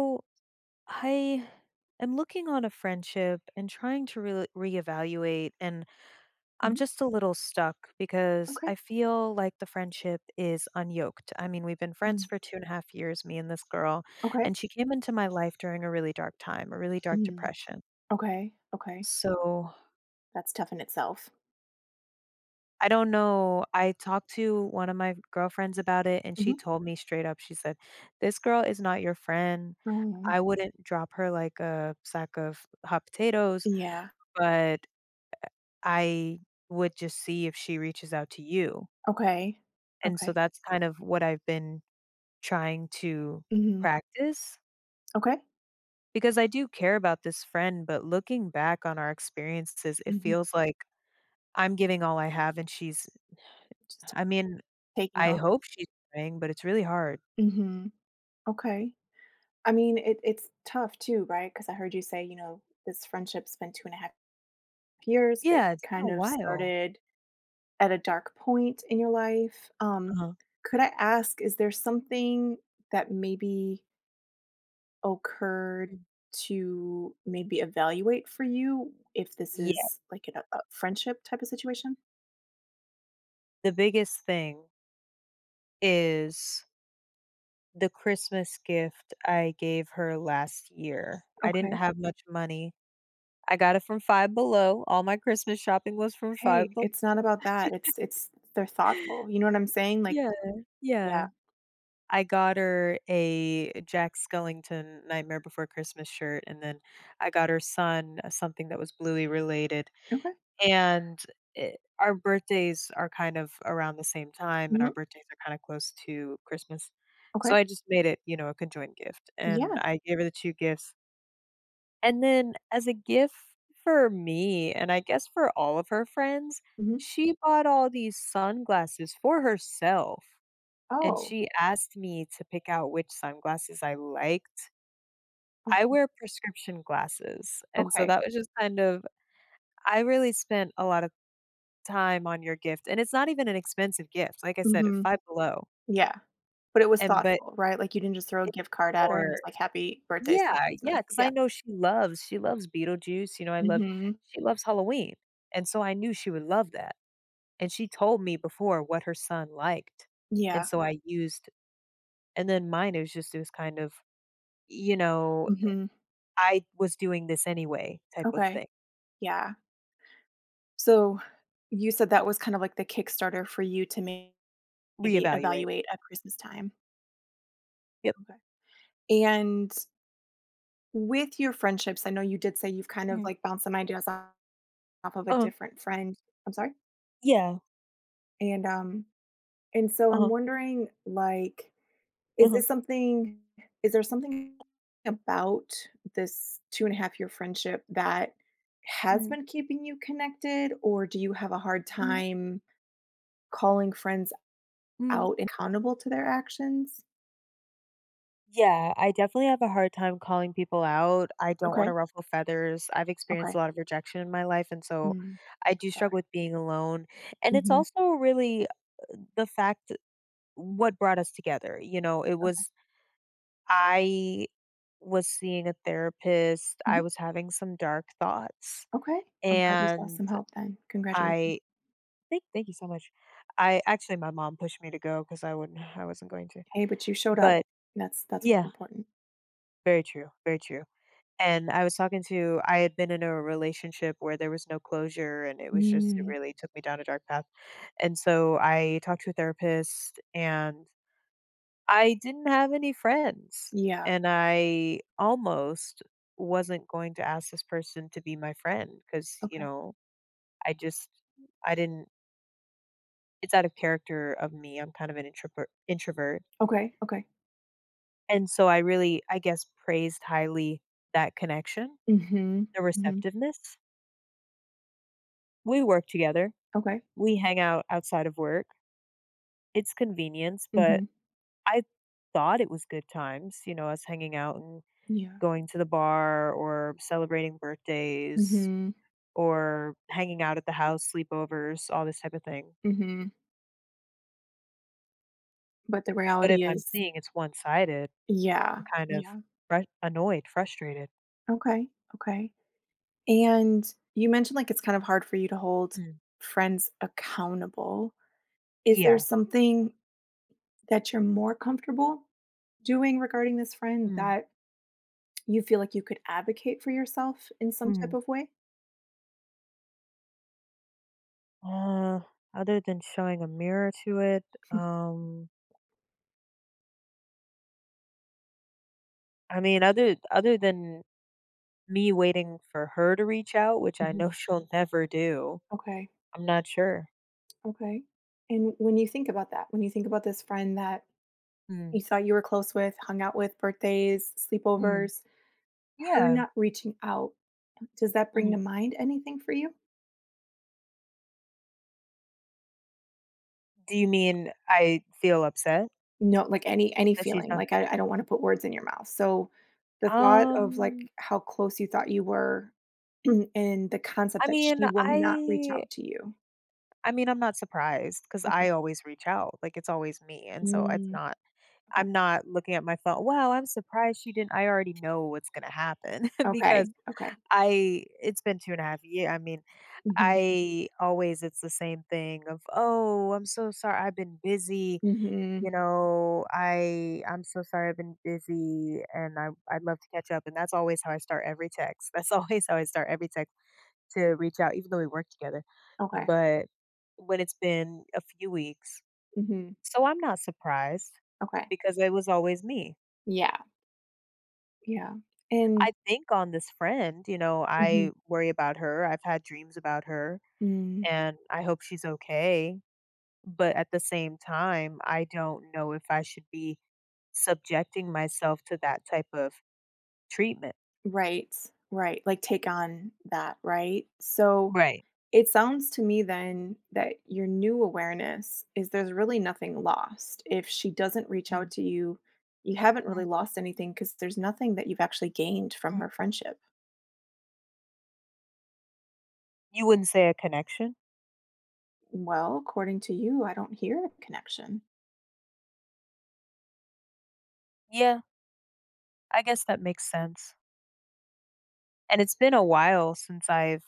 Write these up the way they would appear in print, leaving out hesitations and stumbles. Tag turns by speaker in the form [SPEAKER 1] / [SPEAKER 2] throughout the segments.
[SPEAKER 1] So I am looking on a friendship and trying to reevaluate, and I'm
[SPEAKER 2] Mhm.
[SPEAKER 1] just a little stuck because I
[SPEAKER 2] Okay.
[SPEAKER 1] feel like the friendship is unyoked. I mean, we've been friends
[SPEAKER 2] Mm.
[SPEAKER 1] for 2.5 years, me and this girl,
[SPEAKER 2] Okay.
[SPEAKER 1] and she came into my life during a really dark time, a really dark
[SPEAKER 2] Mhm.
[SPEAKER 1] depression.
[SPEAKER 2] Okay. Okay.
[SPEAKER 1] So
[SPEAKER 2] That's tough in itself.
[SPEAKER 1] I don't know. I talked to one of my girlfriends about it, and she
[SPEAKER 2] Mhm.
[SPEAKER 1] told me straight up, she said, this girl is not your friend.
[SPEAKER 2] Mm.
[SPEAKER 1] I wouldn't drop her like a sack of hot potatoes,
[SPEAKER 2] Yeah.
[SPEAKER 1] but I would just see if she reaches out to you.
[SPEAKER 2] Okay.
[SPEAKER 1] And so
[SPEAKER 2] Okay.
[SPEAKER 1] that's kind of what I've been trying to
[SPEAKER 2] Mhm.
[SPEAKER 1] practice
[SPEAKER 2] Okay.
[SPEAKER 1] because I do care about this friend, but looking back on our experiences, it
[SPEAKER 2] Mhm.
[SPEAKER 1] feels like I'm giving all I have and she's
[SPEAKER 2] Just
[SPEAKER 1] I mean,
[SPEAKER 2] taking it
[SPEAKER 1] I
[SPEAKER 2] all.
[SPEAKER 1] hope she's trying, but it's really hard.
[SPEAKER 2] Mhm. Okay. I mean, it's tough too, right? Because I heard you say, you know, this friendship's been 2.5 years, but
[SPEAKER 1] Yeah, it's been a
[SPEAKER 2] kind of
[SPEAKER 1] while.
[SPEAKER 2] started at a dark point in your life.
[SPEAKER 1] Uh-huh.
[SPEAKER 2] Could I ask, is there something that maybe occurred to maybe evaluate for you if this
[SPEAKER 1] Yeah.
[SPEAKER 2] is like an, a friendship type of situation?
[SPEAKER 1] The biggest thing is the Christmas gift I gave her last year. I didn't
[SPEAKER 2] Okay.
[SPEAKER 1] have much money. I got it from Five Below, all my Christmas shopping was from
[SPEAKER 2] Hey,
[SPEAKER 1] Five Below.
[SPEAKER 2] it's not about that. It's they're thoughtful. You know what I'm saying? Like,
[SPEAKER 1] Yeah, yeah.
[SPEAKER 2] yeah.
[SPEAKER 1] I got her a Jack Skellington Nightmare Before Christmas shirt, and then I got her son something that was Bluey related,
[SPEAKER 2] Okay.
[SPEAKER 1] and, eh, our birthdays are kind of around the same time, and our
[SPEAKER 2] Hmm.
[SPEAKER 1] birthdays are kinda close to Christmas, so
[SPEAKER 2] Okay.
[SPEAKER 1] I just made it, you know, a conjoined gift, and
[SPEAKER 2] Yeah.
[SPEAKER 1] I gave her the 2 gifts. And then as a gift for me, and I guess for all of her friends,
[SPEAKER 2] Hmm.
[SPEAKER 1] she bought all these sunglasses for herself, and
[SPEAKER 2] Oh.
[SPEAKER 1] she asked me to pick out which sunglasses I liked. I wear
[SPEAKER 2] Okay.
[SPEAKER 1] prescription glasses, and so
[SPEAKER 2] Okay.
[SPEAKER 1] that was just kind of I really spent a lot of time on your gift, and it's not even an expensive gift. Like I said, it's
[SPEAKER 2] Hmm.
[SPEAKER 1] Five Below,
[SPEAKER 2] Yeah. But it was
[SPEAKER 1] and but
[SPEAKER 2] thoughtful, right? Like you didn't just throw a
[SPEAKER 1] it's
[SPEAKER 2] gift card at her and
[SPEAKER 1] more.
[SPEAKER 2] was like, "Happy birthday slash
[SPEAKER 1] Yeah, yeah,
[SPEAKER 2] Christmas."
[SPEAKER 1] because
[SPEAKER 2] Yeah.
[SPEAKER 1] I know she loves Beetlejuice, you know, I loved
[SPEAKER 2] Hmm.
[SPEAKER 1] she loves Halloween, and so I knew she would love that, and she told me before what her son liked, and
[SPEAKER 2] Yeah.
[SPEAKER 1] so I used and then mine, it was just it was kind of, you know,
[SPEAKER 2] Hmm.
[SPEAKER 1] "I was doing this anyway," type of
[SPEAKER 2] Okay.
[SPEAKER 1] thing.
[SPEAKER 2] Yeah. So, you said that was kind of like the Kickstarter for you to maybe
[SPEAKER 1] Reevaluate.
[SPEAKER 2] evaluate at Christmas time.
[SPEAKER 1] Yep.
[SPEAKER 2] Okay. And with your friendships, I know you did say you've kind of
[SPEAKER 1] Mhm.
[SPEAKER 2] like bounced some ideas off of a
[SPEAKER 1] Uh-huh.
[SPEAKER 2] different friend. I'm sorry?
[SPEAKER 1] Yeah.
[SPEAKER 2] And, um, and so I'm
[SPEAKER 1] Uh-huh.
[SPEAKER 2] wondering, like, is
[SPEAKER 1] Uh-huh.
[SPEAKER 2] this something is there something about this 2.5 year friendship that has
[SPEAKER 1] Mhm.
[SPEAKER 2] been keeping you connected, or do you have a hard
[SPEAKER 1] Mhm.
[SPEAKER 2] time calling friends
[SPEAKER 1] Mhm.
[SPEAKER 2] out and accountable to their actions?
[SPEAKER 1] Yeah, I definitely have a hard time calling people out. I don't want to
[SPEAKER 2] Okay.
[SPEAKER 1] ruffle feathers. I've experienced a
[SPEAKER 2] Okay.
[SPEAKER 1] lot of rejection in my life, and so
[SPEAKER 2] Mm.
[SPEAKER 1] I do struggle
[SPEAKER 2] Sorry.
[SPEAKER 1] with being alone. And it's
[SPEAKER 2] Mhm.
[SPEAKER 1] also really the fact what brought us together. You know, it
[SPEAKER 2] Okay.
[SPEAKER 1] was I was seeing a therapist. I
[SPEAKER 2] Mhm.
[SPEAKER 1] was having some dark thoughts,
[SPEAKER 2] Okay. I'm glad you saw
[SPEAKER 1] and
[SPEAKER 2] some help then. Congratulations.
[SPEAKER 1] I thank you so much. I actually my mom pushed me to go because I wouldn't I wasn't going to.
[SPEAKER 2] Hey, but you showed up.
[SPEAKER 1] But
[SPEAKER 2] That's what's
[SPEAKER 1] yeah,
[SPEAKER 2] important.
[SPEAKER 1] very true, very true. And I was talking to I had been in a relationship where there was no closure, and it was just it
[SPEAKER 2] Mm.
[SPEAKER 1] really took me down a dark path. And so I talked to a therapist, and I didn't have any friends,
[SPEAKER 2] Yeah.
[SPEAKER 1] and I almost wasn't going to ask this person to be my friend because you
[SPEAKER 2] Okay.
[SPEAKER 1] know I just I didn't. It's out of character of me. I'm kind of an introvert,
[SPEAKER 2] Okay. Okay.
[SPEAKER 1] and so I really I guess praised highly that connection,
[SPEAKER 2] Mhm.
[SPEAKER 1] the
[SPEAKER 2] Mhm.
[SPEAKER 1] receptiveness. We worked together.
[SPEAKER 2] Okay.
[SPEAKER 1] We hang out outside of work. It's convenience, but
[SPEAKER 2] Mhm.
[SPEAKER 1] I thought it was good times, you know, us hanging out and
[SPEAKER 2] Yeah.
[SPEAKER 1] going to the bar or celebrating birthdays
[SPEAKER 2] Mhm.
[SPEAKER 1] or hanging out at the house, sleepovers, all this type of thing.
[SPEAKER 2] Mhm. But the
[SPEAKER 1] But if
[SPEAKER 2] reality
[SPEAKER 1] I'm
[SPEAKER 2] is
[SPEAKER 1] seeing it's one sided, I'm
[SPEAKER 2] yeah.
[SPEAKER 1] kind of
[SPEAKER 2] Yeah.
[SPEAKER 1] annoyed, frustrated.
[SPEAKER 2] Okay. Okay. And you mentioned like it's kind of hard for you to hold
[SPEAKER 1] Mm.
[SPEAKER 2] friends accountable. Is there
[SPEAKER 1] Yeah.
[SPEAKER 2] something that you're more comfortable doing regarding this friend
[SPEAKER 1] Mm.
[SPEAKER 2] that you feel like you could advocate for yourself in some
[SPEAKER 1] Hmm.
[SPEAKER 2] type of way?
[SPEAKER 1] Uh, other than showing a mirror to it, um, I mean, other than me waiting for her to reach out, which I
[SPEAKER 2] Mhm.
[SPEAKER 1] know she'll never do.
[SPEAKER 2] Okay.
[SPEAKER 1] I'm not sure.
[SPEAKER 2] Okay. And when you think about that, when you think about this friend that
[SPEAKER 1] Mm,
[SPEAKER 2] you thought you were close with, hung out with, birthdays,
[SPEAKER 1] mm,
[SPEAKER 2] sleepovers, her
[SPEAKER 1] yeah.
[SPEAKER 2] not reaching out, does that bring to
[SPEAKER 1] Mhm.
[SPEAKER 2] mind anything for you?
[SPEAKER 1] Do you mean I feel upset
[SPEAKER 2] No, like, any
[SPEAKER 1] that she's
[SPEAKER 2] feeling,
[SPEAKER 1] not
[SPEAKER 2] like, I don't wanna put words in your mouth, so the thought of,
[SPEAKER 1] Um,
[SPEAKER 2] like, how close you thought you were and the concept
[SPEAKER 1] I
[SPEAKER 2] that
[SPEAKER 1] mean,
[SPEAKER 2] she will not reach out to you.
[SPEAKER 1] I mean, I'm not surprised because
[SPEAKER 2] Okay.
[SPEAKER 1] I always reach out, like, it's always me, and so it's
[SPEAKER 2] Mm,
[SPEAKER 1] not
[SPEAKER 2] okay.
[SPEAKER 1] I'm not looking at my phone, "Wow, I'm surprised she didn't." I already know what's gonna happen because
[SPEAKER 2] Okay, okay.
[SPEAKER 1] I it's been 2 and a half one I mean
[SPEAKER 2] Mhm,
[SPEAKER 1] I always it's the same thing of, "Oh, I'm so sorry. I've been busy.
[SPEAKER 2] mhm,
[SPEAKER 1] You know, I'm so sorry I've been busy and I'd love to catch up." And that's always how I start every text. That's always how I start every text to reach out even though we work together.
[SPEAKER 2] okay,
[SPEAKER 1] But when it's been a few weeks,
[SPEAKER 2] mhm,
[SPEAKER 1] so I'm not surprised
[SPEAKER 2] okay.
[SPEAKER 1] because it was always me.
[SPEAKER 2] Yeah, yeah, and
[SPEAKER 1] I think on this friend, you know, I
[SPEAKER 2] mhm,
[SPEAKER 1] worry about her. I've had dreams about her
[SPEAKER 2] mm,
[SPEAKER 1] and I hope she's okay. But at the same time, I don't know if I should be subjecting myself to that type of treatment.
[SPEAKER 2] right, right, like, take on that, right? So
[SPEAKER 1] Right.
[SPEAKER 2] it sounds to me then that your new awareness is there's really nothing lost. If she doesn't reach
[SPEAKER 1] Mm,
[SPEAKER 2] out to you, you haven't
[SPEAKER 1] mm,
[SPEAKER 2] really lost anything because there's nothing that you've actually gained from
[SPEAKER 1] mm.
[SPEAKER 2] her friendship.
[SPEAKER 1] You wouldn't say a connection?
[SPEAKER 2] Well, according to you, I don't hear a connection.
[SPEAKER 1] Yeah, I guess that makes sense. And it's been a while since I've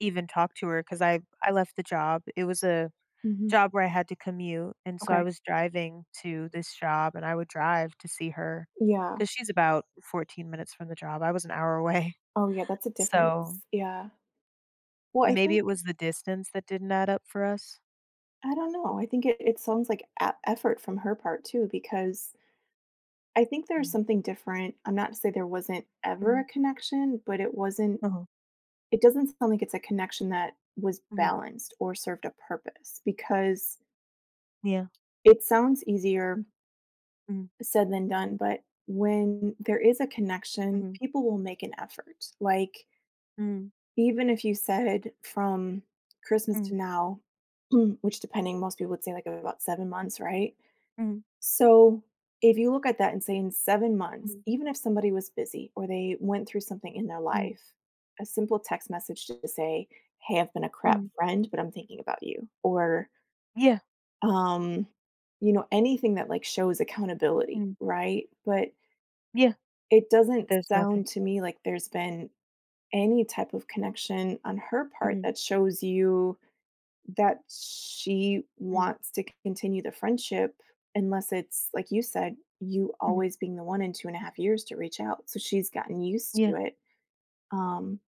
[SPEAKER 1] even talked to her because I left the job. It was a
[SPEAKER 2] Hmm.
[SPEAKER 1] job where I had to commute. And so I
[SPEAKER 2] Okay.
[SPEAKER 1] was driving to this job and I would drive to see her
[SPEAKER 2] Yeah.
[SPEAKER 1] because she's about 14 minutes from the job. I was an hour away.
[SPEAKER 2] Oh, yeah. That's a
[SPEAKER 1] So
[SPEAKER 2] difference. Yeah. Well, I
[SPEAKER 1] maybe
[SPEAKER 2] think,
[SPEAKER 1] it was the distance that didn't add up for us.
[SPEAKER 2] I don't know. I think it sounds like effort from her part too, because I think there's
[SPEAKER 1] Mhm.
[SPEAKER 2] something different. I'm not to say there wasn't ever a
[SPEAKER 1] Mhm.
[SPEAKER 2] connection, but it wasn't.
[SPEAKER 1] Uh-huh.
[SPEAKER 2] It doesn't sound like it's a connection that was
[SPEAKER 1] Mhm.
[SPEAKER 2] balanced or served a purpose because
[SPEAKER 1] Yeah.
[SPEAKER 2] it sounds easier
[SPEAKER 1] Mhm.
[SPEAKER 2] said than done, but when there is a connection,
[SPEAKER 1] Mhm.
[SPEAKER 2] people will make an effort. Like,
[SPEAKER 1] Mhm.
[SPEAKER 2] even if you said from Christmas
[SPEAKER 1] Mhm.
[SPEAKER 2] to now, which depending, most people would say like about 7 months, right?
[SPEAKER 1] Mhm.
[SPEAKER 2] So, if you look at that and say in 7 months,
[SPEAKER 1] Mhm.
[SPEAKER 2] even if somebody was busy or they went through something in their
[SPEAKER 1] Mhm.
[SPEAKER 2] life, a simple text message to say, "Hey, I've been a crap
[SPEAKER 1] Mhm.
[SPEAKER 2] friend, but I'm thinking about you." Or,
[SPEAKER 1] Yeah.
[SPEAKER 2] um, you know, anything that like shows accountability,
[SPEAKER 1] Mhm.
[SPEAKER 2] right? But
[SPEAKER 1] Yeah.
[SPEAKER 2] it doesn't
[SPEAKER 1] There's nothing.
[SPEAKER 2] sound to me like there's been any type of connection on her part
[SPEAKER 1] Mhm.
[SPEAKER 2] that shows you that she
[SPEAKER 1] Mhm.
[SPEAKER 2] wants to continue the friendship unless it's, like you said, you
[SPEAKER 1] Mhm.
[SPEAKER 2] always being the one in 2.5 years to reach out, so she's gotten used
[SPEAKER 1] Yeah.
[SPEAKER 2] to it, um,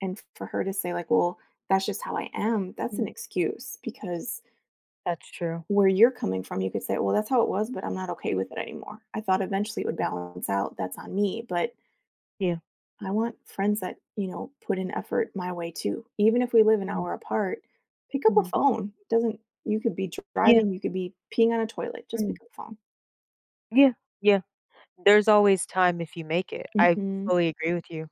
[SPEAKER 2] and for her to say, like, "Well, that's just how I am," that's
[SPEAKER 1] Mhm.
[SPEAKER 2] an excuse because
[SPEAKER 1] That's true.
[SPEAKER 2] where you're coming from, you could say, "Well, that's how it was, but I'm not okay with it anymore. I thought eventually it would
[SPEAKER 1] Mhm.
[SPEAKER 2] balance out. That's on me, but
[SPEAKER 1] Yeah.
[SPEAKER 2] I want friends that, you know, put in effort my way too. Even if we live an
[SPEAKER 1] Mhm.
[SPEAKER 2] hour apart, pick up a
[SPEAKER 1] Mhm.
[SPEAKER 2] phone. Doesn't you could be
[SPEAKER 1] Yeah.
[SPEAKER 2] driving, you could be peeing on a toilet, just
[SPEAKER 1] Mhm.
[SPEAKER 2] pick up the phone."
[SPEAKER 1] Yeah. Yeah. There's always time if you make it. I
[SPEAKER 2] Mhm.
[SPEAKER 1] fully agree with you.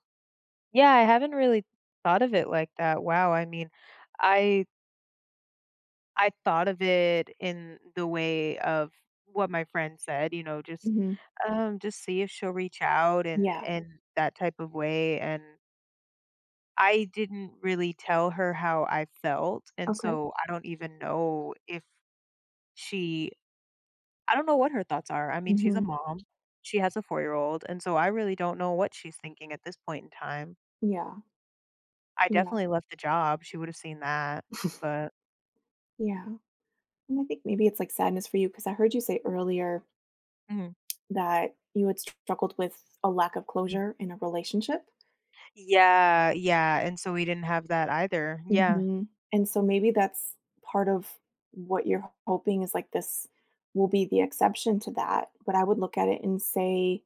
[SPEAKER 1] Yeah, I haven't really thought of it like that. Wow. I mean, I I thought of it in the way of what my friend said, you know,
[SPEAKER 2] Mhm.
[SPEAKER 1] just see if she'll reach out
[SPEAKER 2] Yeah.
[SPEAKER 1] and that type of way, and I didn't really tell her how I felt, and
[SPEAKER 2] Okay.
[SPEAKER 1] so I don't even know if she I don't know what her thoughts are. I mean, she's a
[SPEAKER 2] Mhm.
[SPEAKER 1] mom. She has a four-year-old, and so I really don't know what she's thinking at this point in time.
[SPEAKER 2] Yeah.
[SPEAKER 1] I
[SPEAKER 2] Yeah.
[SPEAKER 1] definitely left the job. She would have seen that, but
[SPEAKER 2] Yeah. And I think maybe it's like sadness for you because I heard you say earlier
[SPEAKER 1] Mhm.
[SPEAKER 2] that you had struggled with a lack of closure in a relationship.
[SPEAKER 1] Yeah, yeah, and so we didn't have that either. Yeah.
[SPEAKER 2] Mhm, and so maybe that's part of what you're hoping is, like, this will be the exception to that, but I would look at it and say,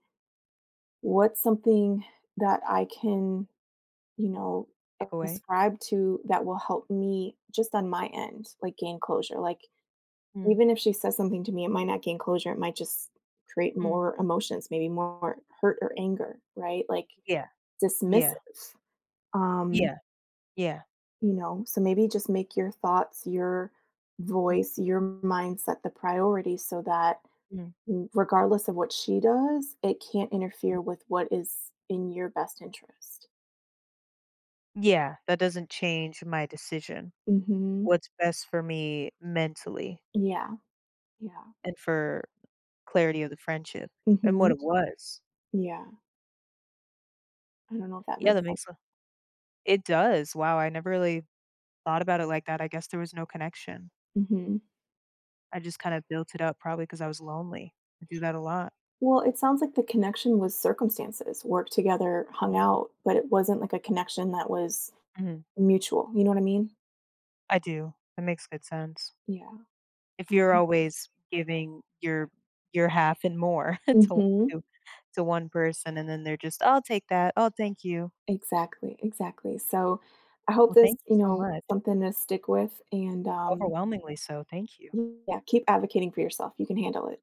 [SPEAKER 2] "What's something that I can, you know,
[SPEAKER 1] Takeaway.
[SPEAKER 2] ascribe to that will help me just on my end, like, gain closure?" Like,
[SPEAKER 1] Mm,
[SPEAKER 2] even if she says something to me, it might not gain closure, it might just create
[SPEAKER 1] mm,
[SPEAKER 2] more emotions, maybe more hurt or anger, right? Like,
[SPEAKER 1] yeah, yeah,
[SPEAKER 2] dismissive, um.
[SPEAKER 1] yeah, yeah.
[SPEAKER 2] You know, so maybe just make your thoughts, your
[SPEAKER 1] Mm,
[SPEAKER 2] voice, your mindset the priority so that
[SPEAKER 1] mm,
[SPEAKER 2] regardless of what she does, it can't
[SPEAKER 1] mm.
[SPEAKER 2] interfere with what is in your best interest.
[SPEAKER 1] Yeah, that doesn't change my decision.
[SPEAKER 2] Mhm.
[SPEAKER 1] What's best for me mentally
[SPEAKER 2] Yeah. Yeah.
[SPEAKER 1] and for clarity of the friendship and what
[SPEAKER 2] Mhm.
[SPEAKER 1] it was.
[SPEAKER 2] Yeah. I don't know if that
[SPEAKER 1] Yeah,
[SPEAKER 2] makes
[SPEAKER 1] that
[SPEAKER 2] sense.
[SPEAKER 1] makes a It does. Wow, I never really thought about it like that. I guess there was no connection.
[SPEAKER 2] Mhm.
[SPEAKER 1] I just kind of built it up probably because I was lonely. I do that a lot.
[SPEAKER 2] Well, it sounds like the connection was circumstances, worked together, hung
[SPEAKER 1] Mhm,
[SPEAKER 2] out, but it wasn't like a connection that was
[SPEAKER 1] mhm.
[SPEAKER 2] mutual. You know what I mean?
[SPEAKER 1] I do. That makes good sense.
[SPEAKER 2] Yeah.
[SPEAKER 1] If you're
[SPEAKER 2] Um,
[SPEAKER 1] always giving your half and more to
[SPEAKER 2] mhm.
[SPEAKER 1] to to one person and then they're just, "I'll take that. Oh, thank you."
[SPEAKER 2] Exactly, exactly. So I hope
[SPEAKER 1] Well,
[SPEAKER 2] this,
[SPEAKER 1] thank you
[SPEAKER 2] you
[SPEAKER 1] so
[SPEAKER 2] know,
[SPEAKER 1] much.
[SPEAKER 2] something to stick with and
[SPEAKER 1] Overwhelmingly so, thank you.
[SPEAKER 2] yeah, keep advocating for yourself. You can handle it.